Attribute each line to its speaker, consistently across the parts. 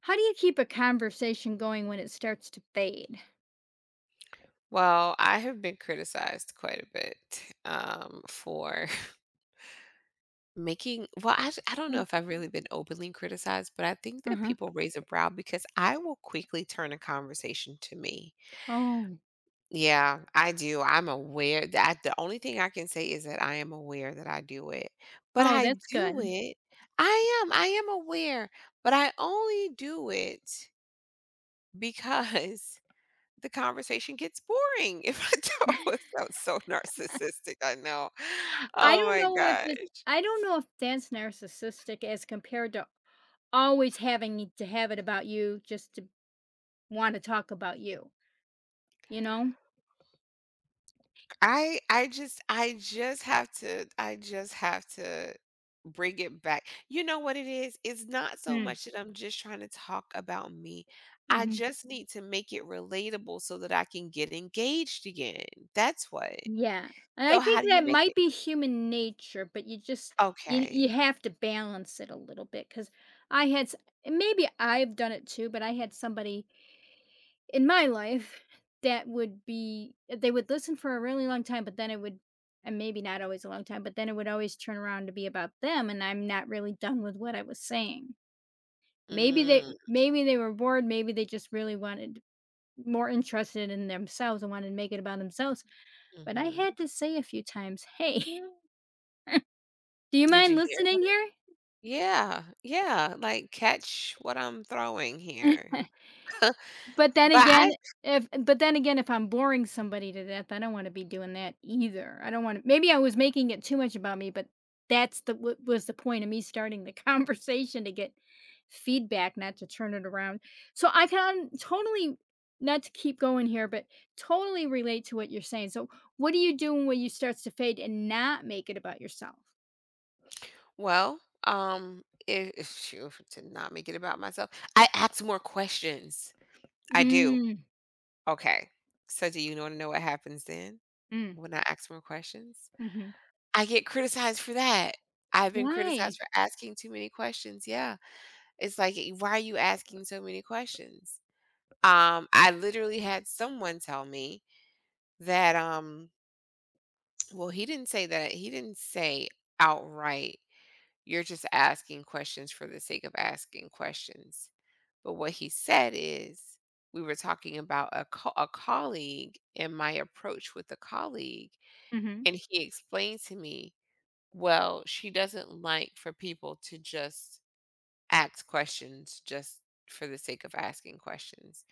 Speaker 1: How do you keep a conversation going when it starts to fade?
Speaker 2: Well, I have been criticized quite a bit for making. Well, I don't know
Speaker 1: Mm,
Speaker 2: if I've really been openly criticized, but I think that
Speaker 1: mhm.
Speaker 2: people raise a brow because I will quickly turn a conversation to me.
Speaker 1: Oh.
Speaker 2: Yeah, I do. I'm aware that the only thing I can say is that I am aware that I do it, but
Speaker 1: Oh,
Speaker 2: I
Speaker 1: that's
Speaker 2: do
Speaker 1: good.
Speaker 2: it. I am. I am aware, but I only do it because the conversation gets boring if I don't. It sounds so narcissistic, I know. Oh my gosh.
Speaker 1: I don't know if that's narcissistic as compared to always having to have it about you just to wanna talk about you, you know?
Speaker 2: I just have to I just have to bring it back. You know what it is? It's not so
Speaker 1: Mm,
Speaker 2: much that I'm just trying to talk about me. I
Speaker 1: mhm.
Speaker 2: just need to make it relatable so that I can get engaged again. That's what.
Speaker 1: Yeah, and
Speaker 2: So
Speaker 1: I
Speaker 2: how
Speaker 1: think
Speaker 2: do you
Speaker 1: that
Speaker 2: make
Speaker 1: might
Speaker 2: it?
Speaker 1: be human nature, but you just you you
Speaker 2: Okay.
Speaker 1: have to balance it a little bit because I had s- and maybe I've done it too, but I had somebody in my life that would be they would listen for a really long time, but then it would and maybe not always a long time, but then it would always turn around to be about them, and I'm not really done with what I was saying. Maybe
Speaker 2: Mm,
Speaker 1: they maybe they were bored, maybe they just really wanted more interested in themselves and wanted to make it about themselves, but I had
Speaker 2: mhm.
Speaker 1: to say a few times, "Hey, do you
Speaker 2: Did
Speaker 1: mind
Speaker 2: you hear?
Speaker 1: listening here?"
Speaker 2: Yeah, yeah, like, catch what I'm throwing here.
Speaker 1: But then
Speaker 2: But
Speaker 1: again,
Speaker 2: I
Speaker 1: if I'm boring somebody to death, I don't wanna be doing that either. I don't wanna maybe I was making it too much about me, but that's the what was the point of me starting the conversation? To get feedback, not to turn it around. So I can totally, not to keep going here, but totally relate to what you're saying. So what do you do when you starts to fade and not make it about yourself?
Speaker 2: well, if shoo to not make it about myself, I ask more questions. I do.
Speaker 1: Mm.
Speaker 2: Okay. So do you wanna know what happens then
Speaker 1: Mm.
Speaker 2: when I ask more questions?
Speaker 1: Mhm.
Speaker 2: I get criticized for that. I've been
Speaker 1: Why?
Speaker 2: criticized for asking too many questions, yeah. It's like, "Eh, why are you asking so many questions?" I literally had someone tell me that, well, he didn't say that. He didn't say outright, you're just asking questions for the sake of asking questions. But what he said is, we were talking about a, a colleague and my approach with a colleague.
Speaker 1: Mhm.
Speaker 2: And he explained to me, well, she doesn't like for people to just ask questions just for the sake of asking questions,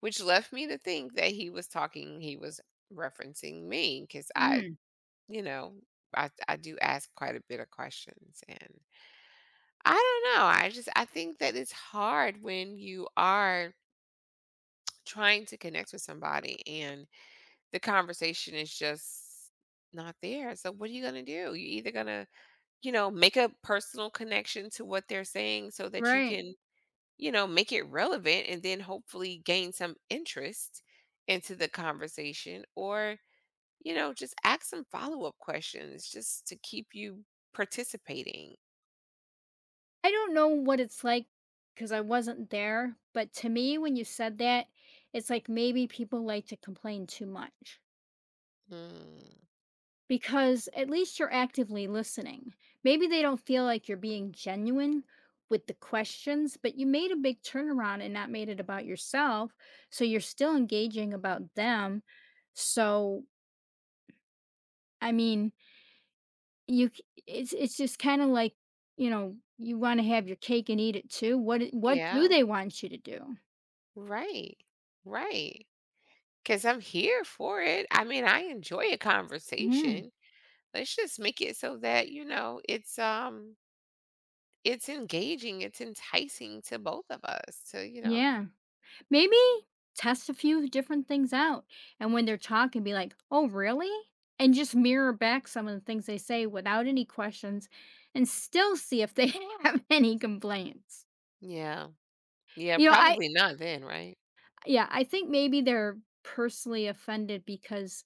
Speaker 2: which left me to think that he was referencing me because I
Speaker 1: Mm.
Speaker 2: you know, I I do ask quite a bit of questions and I don't know, I just I think that it's hard when you are trying to connect with somebody and the conversation is just not there. So what are you going to do? You're either going to, you know, make a personal connection to what they're saying so that you
Speaker 1: Right.
Speaker 2: can, you know, make it relevant and then hopefully gain some interest into the conversation, or you know, just ask some follow up questions just to keep you participating.
Speaker 1: I don't know what it's like because I wasn't there, but to me, when you said that, it's like maybe people like to complain too much
Speaker 2: Mm,
Speaker 1: because at least you're actively listening. Maybe they don't feel like you're being genuine with the questions, but you made a big turnaround and not made it about yourself. So you're still engaging about them. So, I mean, You c it's just kinda like, you wanna have your cake and eat it too. What do
Speaker 2: yeah,
Speaker 1: they want you to do?
Speaker 2: right, right. Because I'm here for it. I mean, I enjoy a
Speaker 1: Mhm,
Speaker 2: conversation. Let's just make it so that you know it's engaging, it's enticing to both of us. To you know,
Speaker 1: yeah. Maybe test a few different things out, and when they're talking, be like, "Oh, really?" And just mirror back some of the things they say without any questions and still see if they have any complaints.
Speaker 2: yeah, yeah,
Speaker 1: You know, I
Speaker 2: probably not then, right?
Speaker 1: Yeah, I think maybe they're personally offended because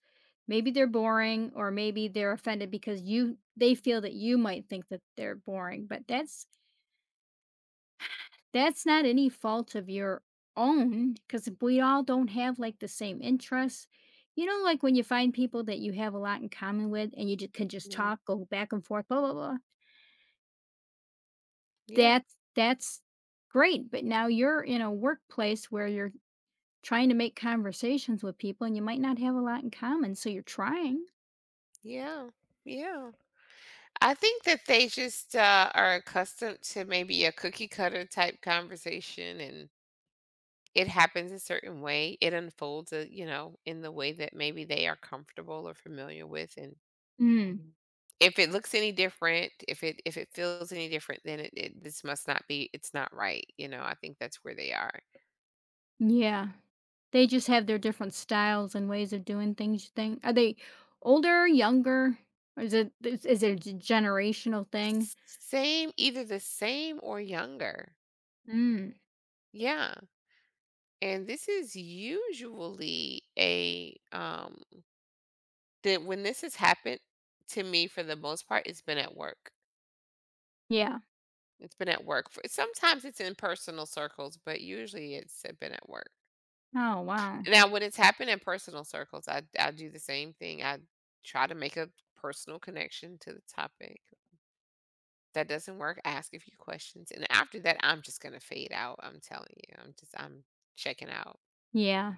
Speaker 1: maybe they're boring or maybe they're offended because you they feel that you might think that they're boring, but that's not any fault of your own because we all don't have like the same interests. You know, like when you find people that you have a lot in common with and you just can just
Speaker 2: Yeah,
Speaker 1: talk, go back and forth, blah blah blah.
Speaker 2: yeah,
Speaker 1: That's great. But now you're in a workplace where you're trying to make conversations with people and you might not have a lot in common, so you're trying.
Speaker 2: yeah, yeah. I think that they just are accustomed to maybe a cookie cutter type conversation and it happens a certain way. It unfolds, you know, in the way that maybe they are comfortable or familiar with. And
Speaker 1: Mm.
Speaker 2: if it looks any different, if it feels any different, then it, this must not be. It's not right. You know, I think that's where they are.
Speaker 1: Yeah. They just have their different styles and ways of doing things, you think? Are they older, younger? Or is it a generational thing?
Speaker 2: Same, either the same or younger.
Speaker 1: Mm.
Speaker 2: Yeah. And this is usually a that when this has happened to me for the most part, it's been at work.
Speaker 1: Yeah.
Speaker 2: It's been at work. For sometimes it's in personal circles, but usually it's been at work.
Speaker 1: Oh, wow.
Speaker 2: Now, when it's happened in personal circles, I do the same thing. I try to make a personal connection to the topic. That doesn't work. I ask a few questions, and after that, I'm just gonna fade out. I'm telling you, I'm just I'm checking out.
Speaker 1: Yeah.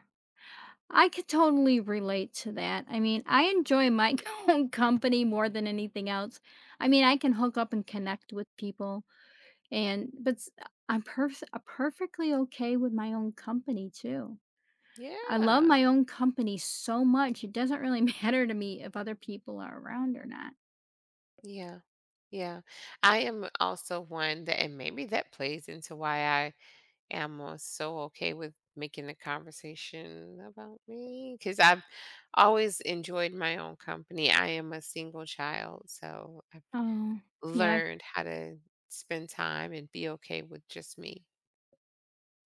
Speaker 1: I could totally relate to that. I mean, I enjoy my own company more than anything else. I mean, I can hook up and connect with people. And but s I'm perfectly okay with my own company too. I love
Speaker 2: Yeah,
Speaker 1: my own company so much, it doesn't really matter to me if other people are around or not.
Speaker 2: yeah, yeah. I am also one that, and maybe that plays into why I am so okay with making the conversation about me because I've always enjoyed my own company. I am a single child, so I've
Speaker 1: Oh, yeah.
Speaker 2: learned how to spend time and be okay with just me.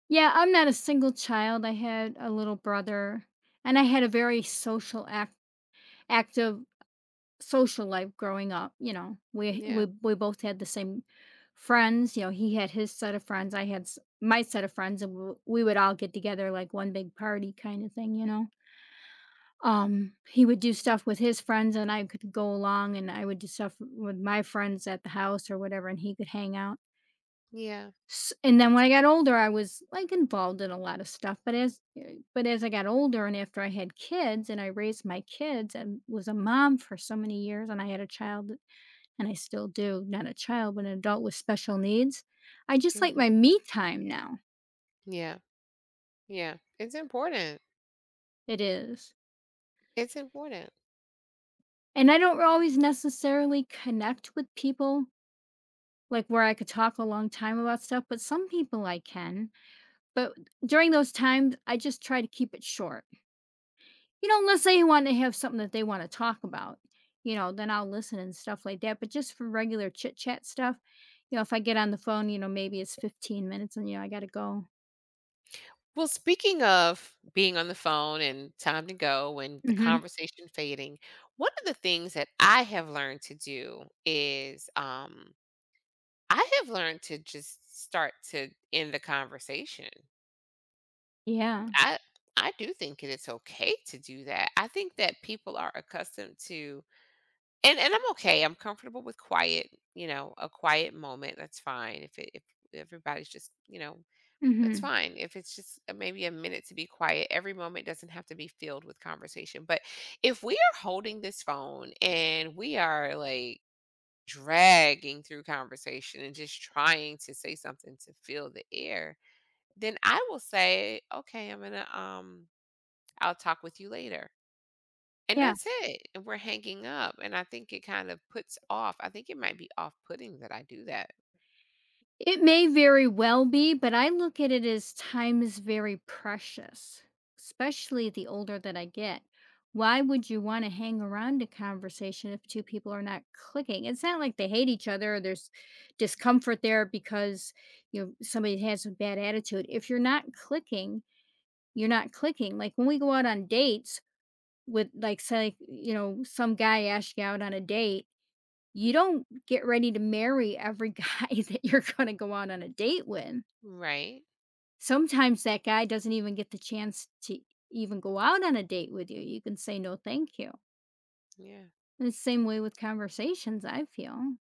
Speaker 1: Yeah, I'm not a single child, I had a little brother, and I had a very social active social life growing up. You know, we we
Speaker 2: Yeah,
Speaker 1: we both had the same friends. You know, he had his set of friends, I had s my set of friends, and w we would all get together like one big party kinda thing, you know? He would do stuff with his friends and I could go along and I would do stuff with my friends at the house or whatever and he could hang out.
Speaker 2: yeah,
Speaker 1: S and then
Speaker 2: that's
Speaker 1: when I got older, I was, like, involved in a lot of stuff, but as I got older and after I had kids and I raised my kids and was a mom for so many years and I had a child, and I still do, not a child, but an adult with special needs, I just like
Speaker 2: mhm.
Speaker 1: my me time now.
Speaker 2: Yeah, yeah, it's important.
Speaker 1: It is.
Speaker 2: It's important.
Speaker 1: And I don't always necessarily connect with people like where I could talk a long time about stuff, but some people I can. But during those times, I just try to keep it short. You know, unless they want to have something that they want to talk about, then I'll listen and stuff like that. But just for regular chit chat stuff, if I get on the phone, maybe it's 15 minutes and, I got to go.
Speaker 2: Well, speaking of being on the phone and time to go and the
Speaker 1: Hmm.
Speaker 2: conversation fading, one of the things that I have learned to do is I have learned to just start to end the conversation.
Speaker 1: Yeah.
Speaker 2: I I do think that it's okay to do that. I think that people are accustomed to and I'm okay. I'm comfortable with quiet, you know, a quiet moment, that's fine. If everybody's just, you know, that's
Speaker 1: Hmm.
Speaker 2: fine. If it's just maybe a minute to be quiet, every moment doesn't have to be filled with conversation. But if we are holding this phone and we are like dragging through conversation and just trying to say something to fill the air, then I will say, "Okay, I'm gonna I'll talk with you later." And
Speaker 1: Yeah.
Speaker 2: that's it. And we're hanging up. And I think it kind of puts off. I think it might be off-putting that I do that.
Speaker 1: It may very well be, but I look at it as time is very precious, especially the older that I get. Why would you want to hang around a conversation if two people are not clicking? It's not like they hate each other, or there's discomfort there because you know somebody has a bad attitude. If you're not clicking, you're not clicking. Like when we go out on dates, with like, say, you know, some guy asks you out on a date, you don't get ready to marry every guy that you're gonna go out on a date with.
Speaker 2: Right?
Speaker 1: Sometimes that guy doesn't even get the chance to even go out on a date with you. You can say, "No, thank you."
Speaker 2: Yeah.
Speaker 1: And it's the same way with conversations, I feel.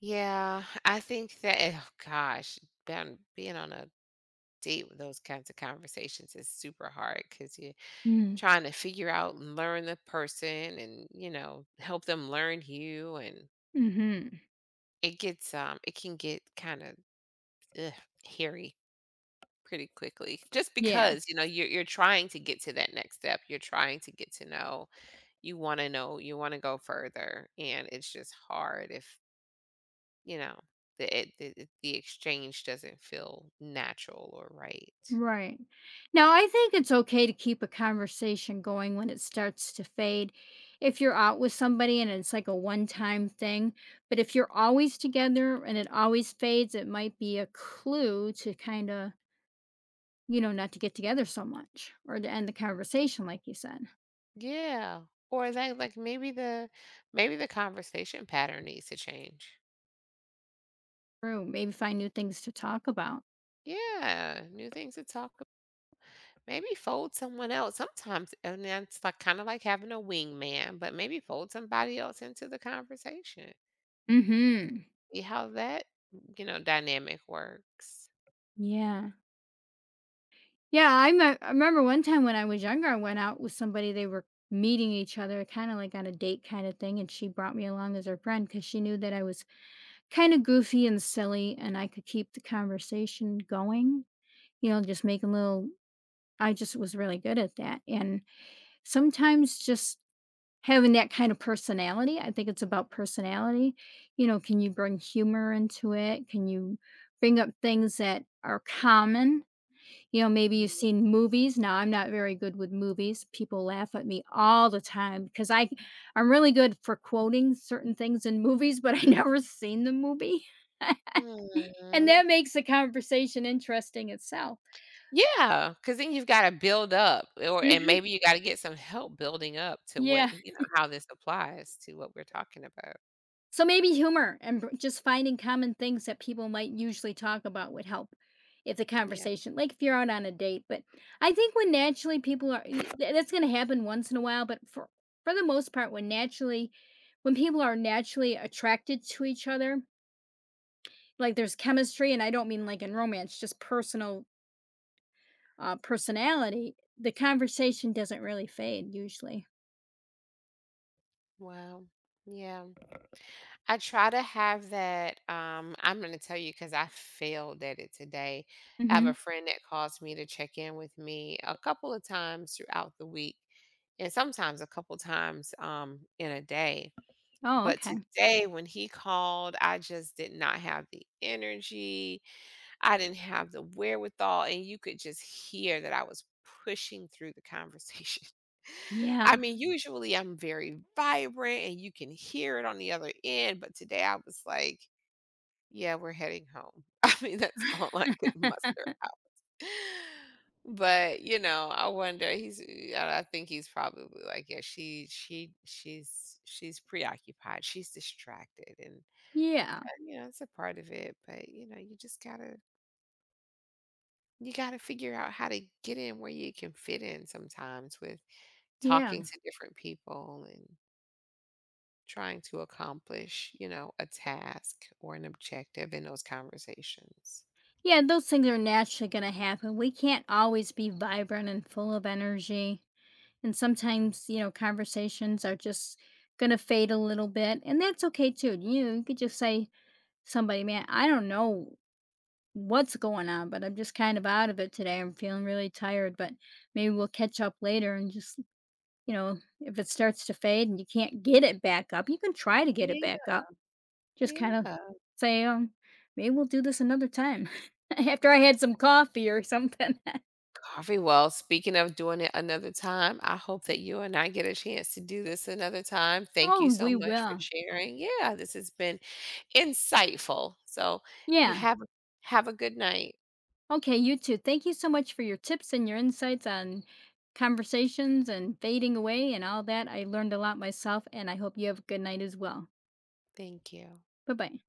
Speaker 2: Yeah, I think that eh, oh gosh, being on a date with those kinds of conversations is super hard because you're
Speaker 1: Mm.
Speaker 2: trying to figure out and learn the person and, you know, help them learn you and
Speaker 1: Mhm.
Speaker 2: it gets, it can get kinda, ugh, hairy pretty quickly just
Speaker 1: Yeah.
Speaker 2: because, you know, you're trying to get to that next step, you're trying to get to know, you wanna go further, and it's just hard if, you know, the it the exchange doesn't feel natural or right.
Speaker 1: Right. Now, I think it's okay to keep a conversation going when it starts to fade. If you're out with somebody and it's like a one-time thing, but if you're always together and it always fades, it might be a clue to kinda, not to get together so much or to end the conversation, like you said.
Speaker 2: Yeah, or like maybe the conversation pattern needs to change.
Speaker 1: True. Maybe find new things to talk about.
Speaker 2: Yeah, new things to talk. Maybe fold someone else sometimes, and then it's like kind of like having a wingman, but maybe fold somebody else into the conversation.
Speaker 1: Mm-hmm.
Speaker 2: See how that, you know, dynamic works.
Speaker 1: Yeah. Yeah. I remember one time when I was younger, I went out with somebody. They were meeting each other kind of like on a date kind of thing. And she brought me along as her friend because she knew that I was kind of goofy and silly and I could keep the conversation going, you know, just making little. I just was really good at that. And sometimes, just having that kind of personality, I think it's about personality. You know, can you bring humor into it? Can you bring up things that are common? You know, maybe you've
Speaker 2: Mm.
Speaker 1: seen movies. Now, I'm not very good with movies. People laugh at me all the time because I'm really good for quoting certain things in movies, but I never seen the movie. And
Speaker 2: Mhm.
Speaker 1: that makes the conversation interesting itself.
Speaker 2: Yeah, because then you've got to build up, or and
Speaker 1: Mhm.
Speaker 2: maybe you got to get some help building up to what
Speaker 1: Yeah.
Speaker 2: you know how this applies to what we're talking about.
Speaker 1: So maybe humor and just finding common things that people might usually talk about would help if the
Speaker 2: Yeah.
Speaker 1: conversation, like if you're out on a date. But I think when naturally people are, that's going to happen once in a while. But for the most part, when naturally, when people are naturally attracted to each other, like there's chemistry, and I don't mean like in romance, just personality. The conversation doesn't really fade usually.
Speaker 2: Wow. Yeah. I try to have that. I'm going to tell you because I failed at it today. I have
Speaker 1: Hmm.
Speaker 2: a friend that calls me to check in with me a couple of times throughout the week, and sometimes a couple times in a day.
Speaker 1: Oh,
Speaker 2: But
Speaker 1: okay.
Speaker 2: today, when he called, I just did not have the energy. I didn't have the wherewithal, and you could just hear that I was pushing through the conversation.
Speaker 1: Yeah.
Speaker 2: I mean, usually I'm very vibrant and you can hear it on the other end, but today I was like, yeah, we're heading home. I mean, that's all I could muster out. But, you know, I wonder he's eh, I think he's probably like, yeah, she's preoccupied. She's distracted and
Speaker 1: Yeah.
Speaker 2: you know, it's a part of it, but you know, you just got to you gotta figure out how to get in where you can fit in sometimes with
Speaker 1: Yeah.
Speaker 2: talking to different people and trying to accomplish, you know, a task or an objective in those conversations.
Speaker 1: Yeah, those things are naturally going to happen. We can't always be vibrant and full of energy. And sometimes, conversations are just going to fade a little bit. And that's okay too. You know, you could just say to somebody, man, I don't know what's going on, but I'm just kind of out of it today. I'm feeling really tired, but maybe we'll catch up later and just, if it starts to fade and you can't get it back up, you can try to get it
Speaker 2: Yeah.
Speaker 1: back up, just kind of
Speaker 2: Yeah.
Speaker 1: say, "Maybe we'll do this another time." After I had some coffee or something.
Speaker 2: Coffee. Well, speaking of doing it another time, I hope that you and I get a chance to do this another time. Thank you
Speaker 1: Oh,
Speaker 2: so
Speaker 1: we
Speaker 2: much for
Speaker 1: will.
Speaker 2: sharing. Yeah, this has been insightful. So you
Speaker 1: Yeah.
Speaker 2: have a good night.
Speaker 1: Okay, you too. Thank you so much for your tips and your insights on conversations and fading away and all that. I learned a lot myself, and I hope you have a good night as well.
Speaker 2: Thank you.
Speaker 1: Bye-bye.